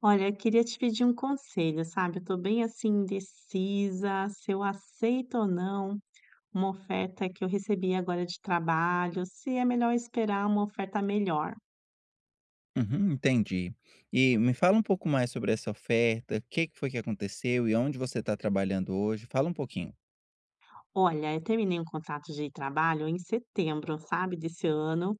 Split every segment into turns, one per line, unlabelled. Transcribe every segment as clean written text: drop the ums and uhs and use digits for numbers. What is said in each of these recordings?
Olha, eu queria te pedir um conselho, sabe? Eu tô bem assim indecisa se eu aceito ou não uma oferta que eu recebi agora de trabalho, se é melhor esperar uma oferta melhor.
Uhum, entendi. E me fala um pouco mais sobre essa oferta, o que que foi que aconteceu e onde você está trabalhando hoje? Fala um pouquinho.
Olha, eu terminei um contrato de trabalho em setembro, sabe, desse ano.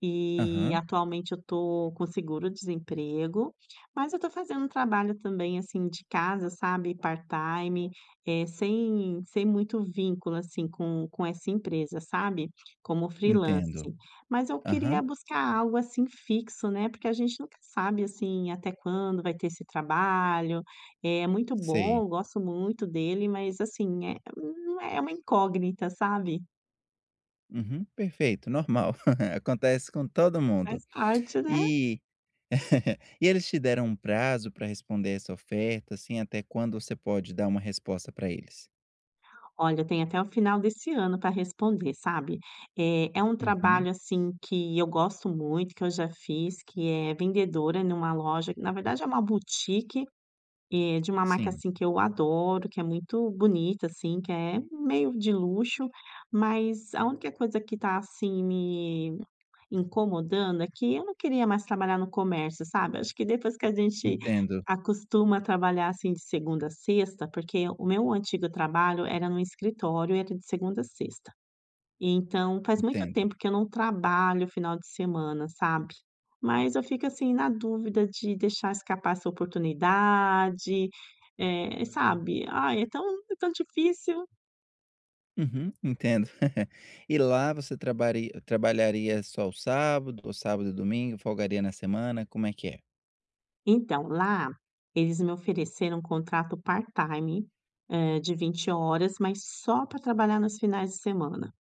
E
Aham,
atualmente eu tô com seguro-desemprego, mas eu tô fazendo um trabalho também, assim, de casa, sabe, part-time, sem muito vínculo, assim, com essa empresa, sabe, como
entendo.
freelance. Mas eu queria
Aham,
buscar algo, assim, fixo, né, porque a gente nunca sabe, assim, até quando vai ter esse trabalho. É muito bom,
sei.
eu gosto muito dele, mas, assim, não é uma incógnita, sabe.
Uhum, perfeito, normal. Acontece com todo mundo.
Faz parte, né.
E e eles te deram um prazo para responder essa oferta, assim, até quando você pode dar uma resposta para eles?
Olha, tem até o final desse ano para responder, sabe. É um
Uhum,
trabalho, assim, que eu gosto muito, que eu já fiz, que é vendedora numa loja que na verdade é uma boutique, de uma marca,
sim,
assim, que eu adoro, que é muito bonita, assim, que é meio de luxo, mas a única coisa que está, assim, me incomodando é que eu não queria mais trabalhar no comércio, sabe. Acho que depois que a gente
entendo,
acostuma a trabalhar, assim, de segunda a sexta, porque o meu antigo trabalho era num escritório, era de segunda a sexta. E então faz muito
entendo.
tempo que eu não trabalho final de semana, sabe. Mas eu fico, assim, na dúvida de deixar escapar essa oportunidade, sabe. Ai, é tão difícil.
Uhum, entendo. E lá você trabalharia só o sábado, ou sábado e domingo, folgaria na semana, como é que é?
Então, lá eles me ofereceram um contrato part-time, de 20 horas, mas só para trabalhar nos finais de semana.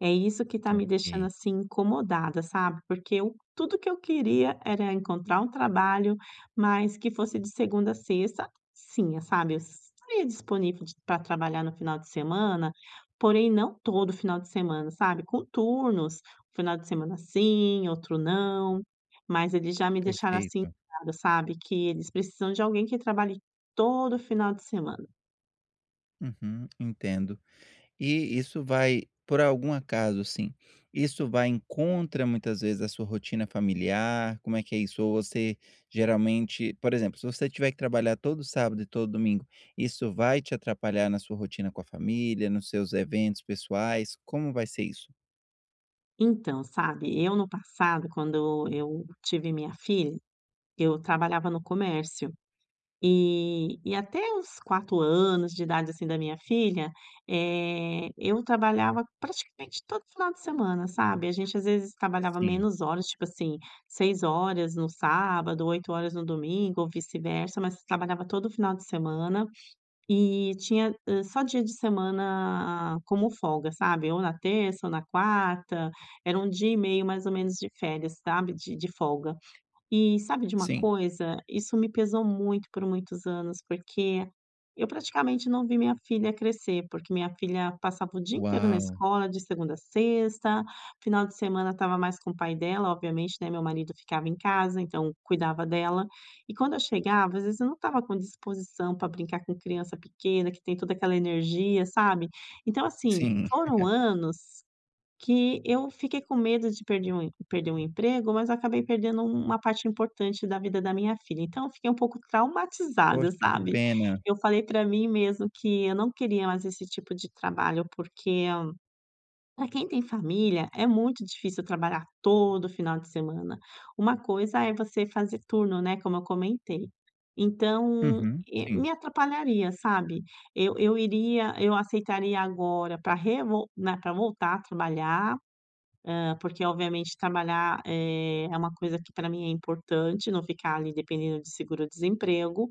É isso que tá me deixando,
Ok,
assim, incomodada, sabe, porque eu tudo que eu queria era encontrar um trabalho, mas que fosse de segunda a sexta. Sim, sabe, eu estaria disponível para trabalhar no final de semana, porém não todo final de semana, sabe, com turnos, um final de semana sim, outro não, mas eles já me deixaram, assim,
perfeito.
sabe, que eles precisam de alguém que trabalhe todo final de semana.
Uhum, entendo. E isso vai, por algum acaso, sim isso vai em contra muitas vezes a sua rotina familiar? Como é que é isso? Ou você geralmente, por exemplo, se você tiver que trabalhar todo sábado e todo domingo, isso vai te atrapalhar na sua rotina com a família, nos seus eventos pessoais? Como vai ser isso?
Então, sabe, eu, no passado, quando eu tive minha filha, eu trabalhava no comércio. E até os 4 anos de idade, assim, da minha filha, eu trabalhava praticamente todo final de semana, sabe. A gente, às vezes, trabalhava
Sim.
menos horas, tipo assim, 6 horas no sábado, 8 horas no domingo ou vice-versa, mas trabalhava todo final de semana e tinha, só dia de semana como folga, sabe, ou na terça ou na quarta, era um dia e meio mais ou menos de férias, sabe, de folga. E sabe de uma
Sim.
coisa? Isso me pesou muito por muitos anos, porque eu praticamente não vi minha filha crescer, porque minha filha passava o dia inteiro na
Uau!
escola, de segunda a sexta, final de semana estava mais com o pai dela, obviamente, né, meu marido ficava em casa, então cuidava dela. E quando eu chegava, às vezes eu não estava com disposição para brincar com criança pequena, que tem toda aquela energia, sabe? Então, assim,
Sim.
foram anos que eu fiquei com medo de perder um emprego, mas acabei perdendo uma parte importante da vida da minha filha, então eu fiquei um pouco traumatizada,
Poxa, que
sabe.
pena.
Eu falei para mim mesmo que eu não queria mais esse tipo de trabalho, porque para quem tem família, é muito difícil trabalhar todo final de semana. Uma coisa é você fazer turno, né, como eu comentei. Então,
Uhum. Sim,
me atrapalharia, sabe. Eu aceitaria agora para, revo né, voltar a trabalhar, porque obviamente trabalhar, é uma coisa que para mim é importante, não ficar ali dependendo de seguro-desemprego.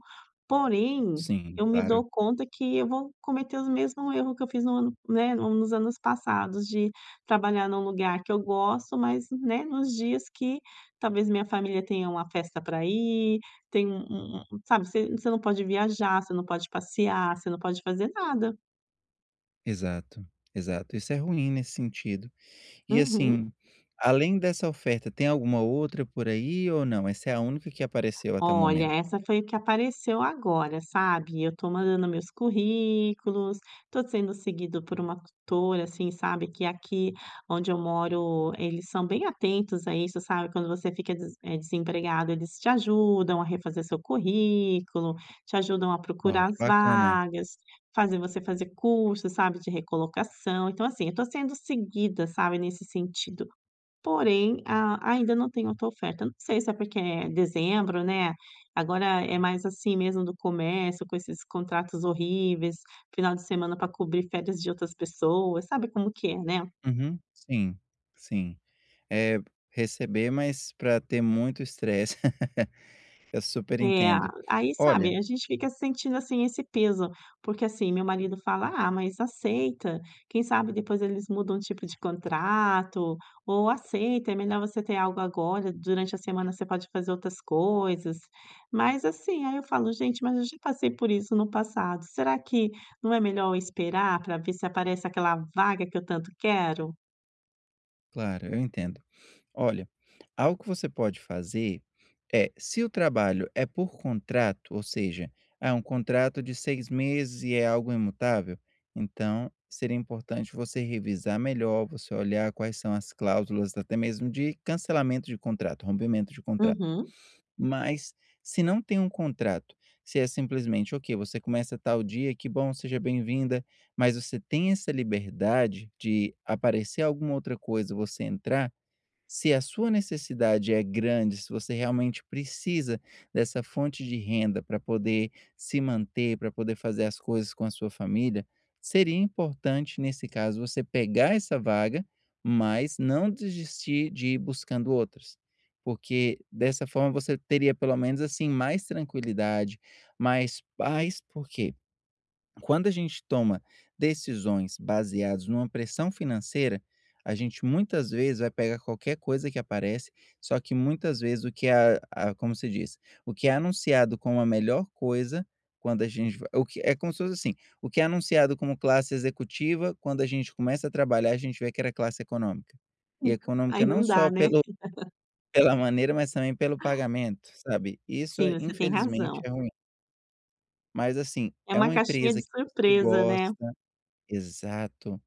Porém,
sim,
eu me
claro.
dou conta que eu vou cometer os mesmos erros que eu fiz no ano, né, nos anos passados, de trabalhar num lugar que eu gosto, mas, né, nos dias que talvez minha família tenha uma festa para ir, tem um um um sabe, você não pode viajar, você não pode passear, você não pode fazer nada.
Exato, exato. Isso é ruim nesse sentido. E,
Uhum.
assim, além dessa oferta, tem alguma outra por aí ou não? Essa é a única que apareceu até o
Olha,
momento?
essa foi o que apareceu agora, sabe. Eu tô mandando meus currículos, tô sendo seguido por uma tutora, assim, sabe, que é aqui onde eu moro, eles são bem atentos a isso, sabe. Quando você fica desempregado, eles te ajudam a refazer seu currículo, te ajudam a
Uau,
procurar
que
as
bacana.
vagas, fazem você fazer curso, sabe, de recolocação. Então, assim, eu tô sendo seguida, sabe, nesse sentido. Porém, a ainda não tem outra oferta. Não sei se é porque é dezembro, né, agora é mais assim mesmo do comércio, com esses contratos horríveis, final de semana para cobrir férias de outras pessoas, sabe como que é, né?
Uhum. Sim, sim. Eh, Receber, mas para ter muito estresse. Eu super
É,
entendo.
aí,
Olha,
sabe, a gente fica sentindo, assim, esse peso, porque, assim, meu marido fala: "Ah, mas aceita, quem sabe depois eles mudam o tipo de contrato", ou "Aceita, é melhor você ter algo agora, durante a semana você pode fazer outras coisas". Mas, assim, aí eu falo: "Gente, mas eu já passei por isso no passado, será que não é melhor eu esperar para ver se aparece aquela vaga que eu tanto quero?".
claro, eu entendo. Olha, algo que você pode fazer é, se o trabalho é por contrato, ou seja, é um contrato de 6 meses e é algo imutável, então seria importante você revisar melhor, você olhar quais são as cláusulas, até mesmo de cancelamento de contrato, rompimento de contrato.
Uhum.
Mas se não tem um contrato, se é simplesmente, ok, você começa tal dia, que bom, seja bem-vinda, mas você tem essa liberdade de aparecer alguma outra coisa, você entrar, se a sua necessidade é grande, se você realmente precisa dessa fonte de renda para poder se manter, para poder fazer as coisas com a sua família, seria importante, nesse caso, você pegar essa vaga, mas não desistir de ir buscando outras. Porque dessa forma você teria pelo menos assim mais tranquilidade, mais paz, porque quando a gente toma decisões baseadas numa pressão financeira, a gente muitas vezes vai pegar qualquer coisa que aparece, só que muitas vezes o que é, como se diz, o que é anunciado como a melhor coisa, quando a gente, o que é como se fosse assim, o que é anunciado como classe executiva, quando a gente começa a trabalhar, a gente vê que era classe econômica. E
Aí
econômica não
não dá,
só
né.
pelo, pela maneira, mas também pelo pagamento, sabe? Isso
Sim,
é,
você tem
infelizmente,
razão.
é ruim. Mas assim,
É
é
uma
uma
caixinha
empresa
de
que você
surpresa, né.
gosta. Exato.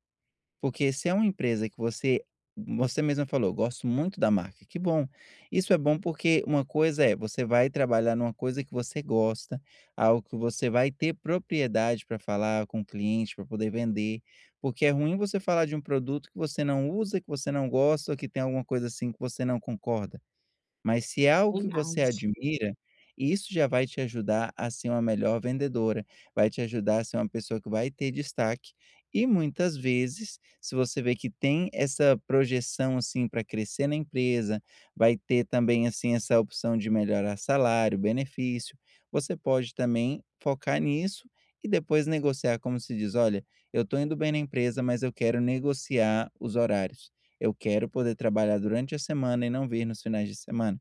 Porque se é uma empresa que você você mesma falou: "Gosto muito da marca", que bom. Isso é bom porque uma coisa é você vai trabalhar numa coisa que você gosta, algo que você vai ter propriedade para falar com o cliente, para poder vender, porque é ruim você falar de um produto que você não usa, que você não gosta ou que tem alguma coisa assim que você não concorda. Mas se é algo que você
Verdade.
admira, isso já vai te ajudar a ser uma melhor vendedora, vai te ajudar a ser uma pessoa que vai ter destaque. E muitas vezes, se você vê que tem essa projeção assim para crescer na empresa, vai ter também assim essa opção de melhorar salário, benefício, você pode também focar nisso e depois negociar como se diz, olha, eu estou indo bem na empresa, mas eu quero negociar os horários. Eu quero poder trabalhar durante a semana e não vir nos finais de semana.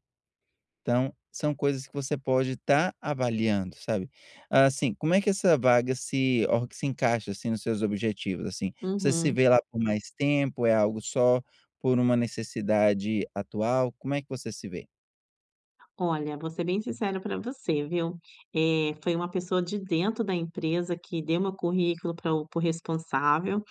Então, são coisas que você pode estar avaliando, sabe. Assim, como é que essa vaga se encaixa, assim, nos seus objetivos, assim? Você se
Uhum.
vê lá por mais tempo, é algo só por uma necessidade atual, como é que você se vê?
Olha, vou ser bem sincera para você, viu. Foi uma pessoa de dentro da empresa que deu meu currículo para o para responsável.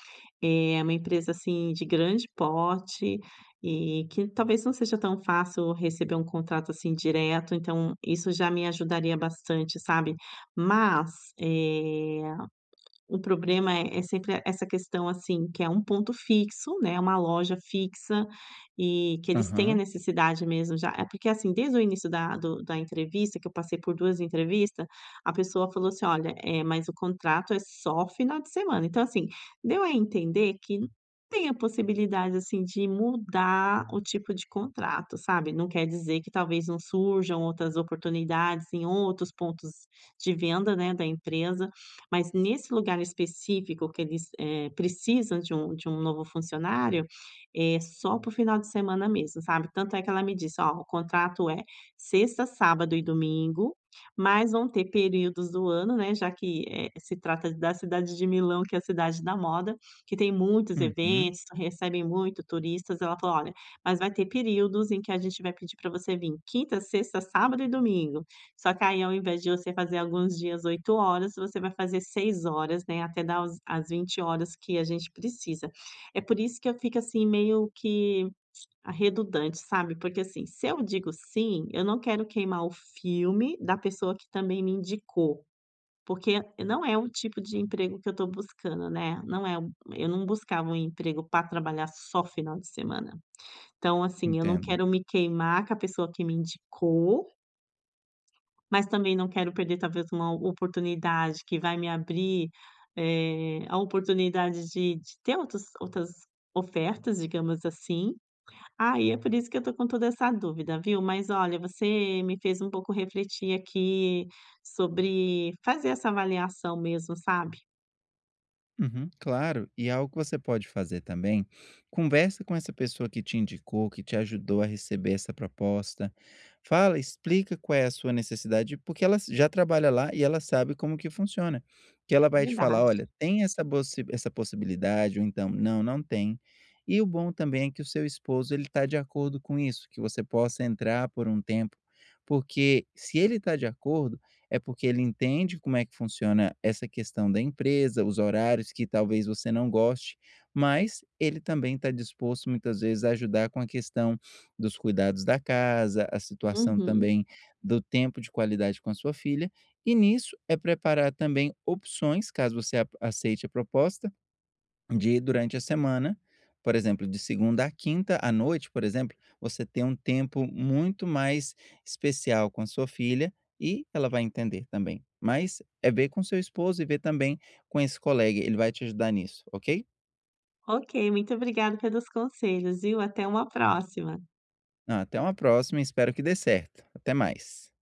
É uma empresa, assim, de grande porte e que talvez não seja tão fácil receber um contrato, assim, direto, então isso já me ajudaria bastante, sabe. Mas, eh o problema é sempre essa questão, assim, que é um ponto fixo, né, uma loja fixa, e que eles têm a
Aham,
necessidade mesmo, já é porque, assim, desde o início da entrevista, que eu passei por 2 entrevistas, a pessoa falou assim: "Olha, mas o contrato é só final de semana". Então, assim, deu a entender que tem a possibilidade, assim, de mudar o tipo de contrato, sabe. Não quer dizer que talvez não surjam outras oportunidades em outros pontos de venda, né, da empresa. Mas nesse lugar específico que eles, precisam de um novo funcionário, é só para o final de semana mesmo, sabe. Tanto é que ela me disse: "Ó, o contrato é sexta, sábado e domingo, mas vão ter períodos do ano, né, já que, se trata da cidade de Milão, que é a cidade da moda, que tem muitos
uhum,
eventos, recebem muito turistas". Ela falou: "Olha, mas vai ter períodos em que a gente vai pedir para você vir quinta, sexta, sábado e domingo. Só que aí ao invés de você fazer alguns dias 8 horas, você vai fazer 6 horas, né, até dar os as 20 horas que a gente precisa". É por isso que eu fico, assim, meio que redundante, sabe, porque, assim, se eu digo sim, eu não quero queimar o filme da pessoa que também me indicou, porque não é o tipo de emprego que eu estou buscando, né, não é o eu não buscava um emprego para trabalhar só final de semana. Então, assim, eu não
entendo.
quero me queimar com a pessoa que me indicou, mas também não quero perder talvez uma oportunidade que vai me abrir, a oportunidade de ter outros outras ofertas, digamos assim. Aí é por isso que eu tô com toda essa dúvida, viu. Mas olha, você me fez um pouco refletir aqui sobre fazer essa avaliação mesmo, sabe.
Uhum, claro, e é algo que você pode fazer também, conversa com essa pessoa que te indicou, que te ajudou a receber essa proposta. Fala, explica qual é a sua necessidade, porque ela já trabalha lá e ela sabe como que funciona. Que ela vai te falar,
Verdade.
olha, tem essa, essa possibilidade, ou então, não, não tem. E o bom também é que o seu esposo ele está de acordo com isso, que você possa entrar por um tempo, porque se ele está de acordo é porque ele entende como é que funciona essa questão da empresa, os horários que talvez você não goste, mas ele também está disposto muitas vezes a ajudar com a questão dos cuidados da casa, a situação
Uhum.
também do tempo de qualidade com a sua filha. E nisso é preparar também opções, caso você aceite a proposta, de durante a semana, por exemplo, de segunda a quinta à noite, por exemplo, você ter um tempo muito mais especial com a sua filha e ela vai entender também. Mas é ver com seu esposo e ver também com esse colega, ele vai te ajudar nisso, ok?
Ok, muito obrigada pelos conselhos, viu. Até uma próxima.
Ah, até uma próxima, espero que dê certo. Até mais.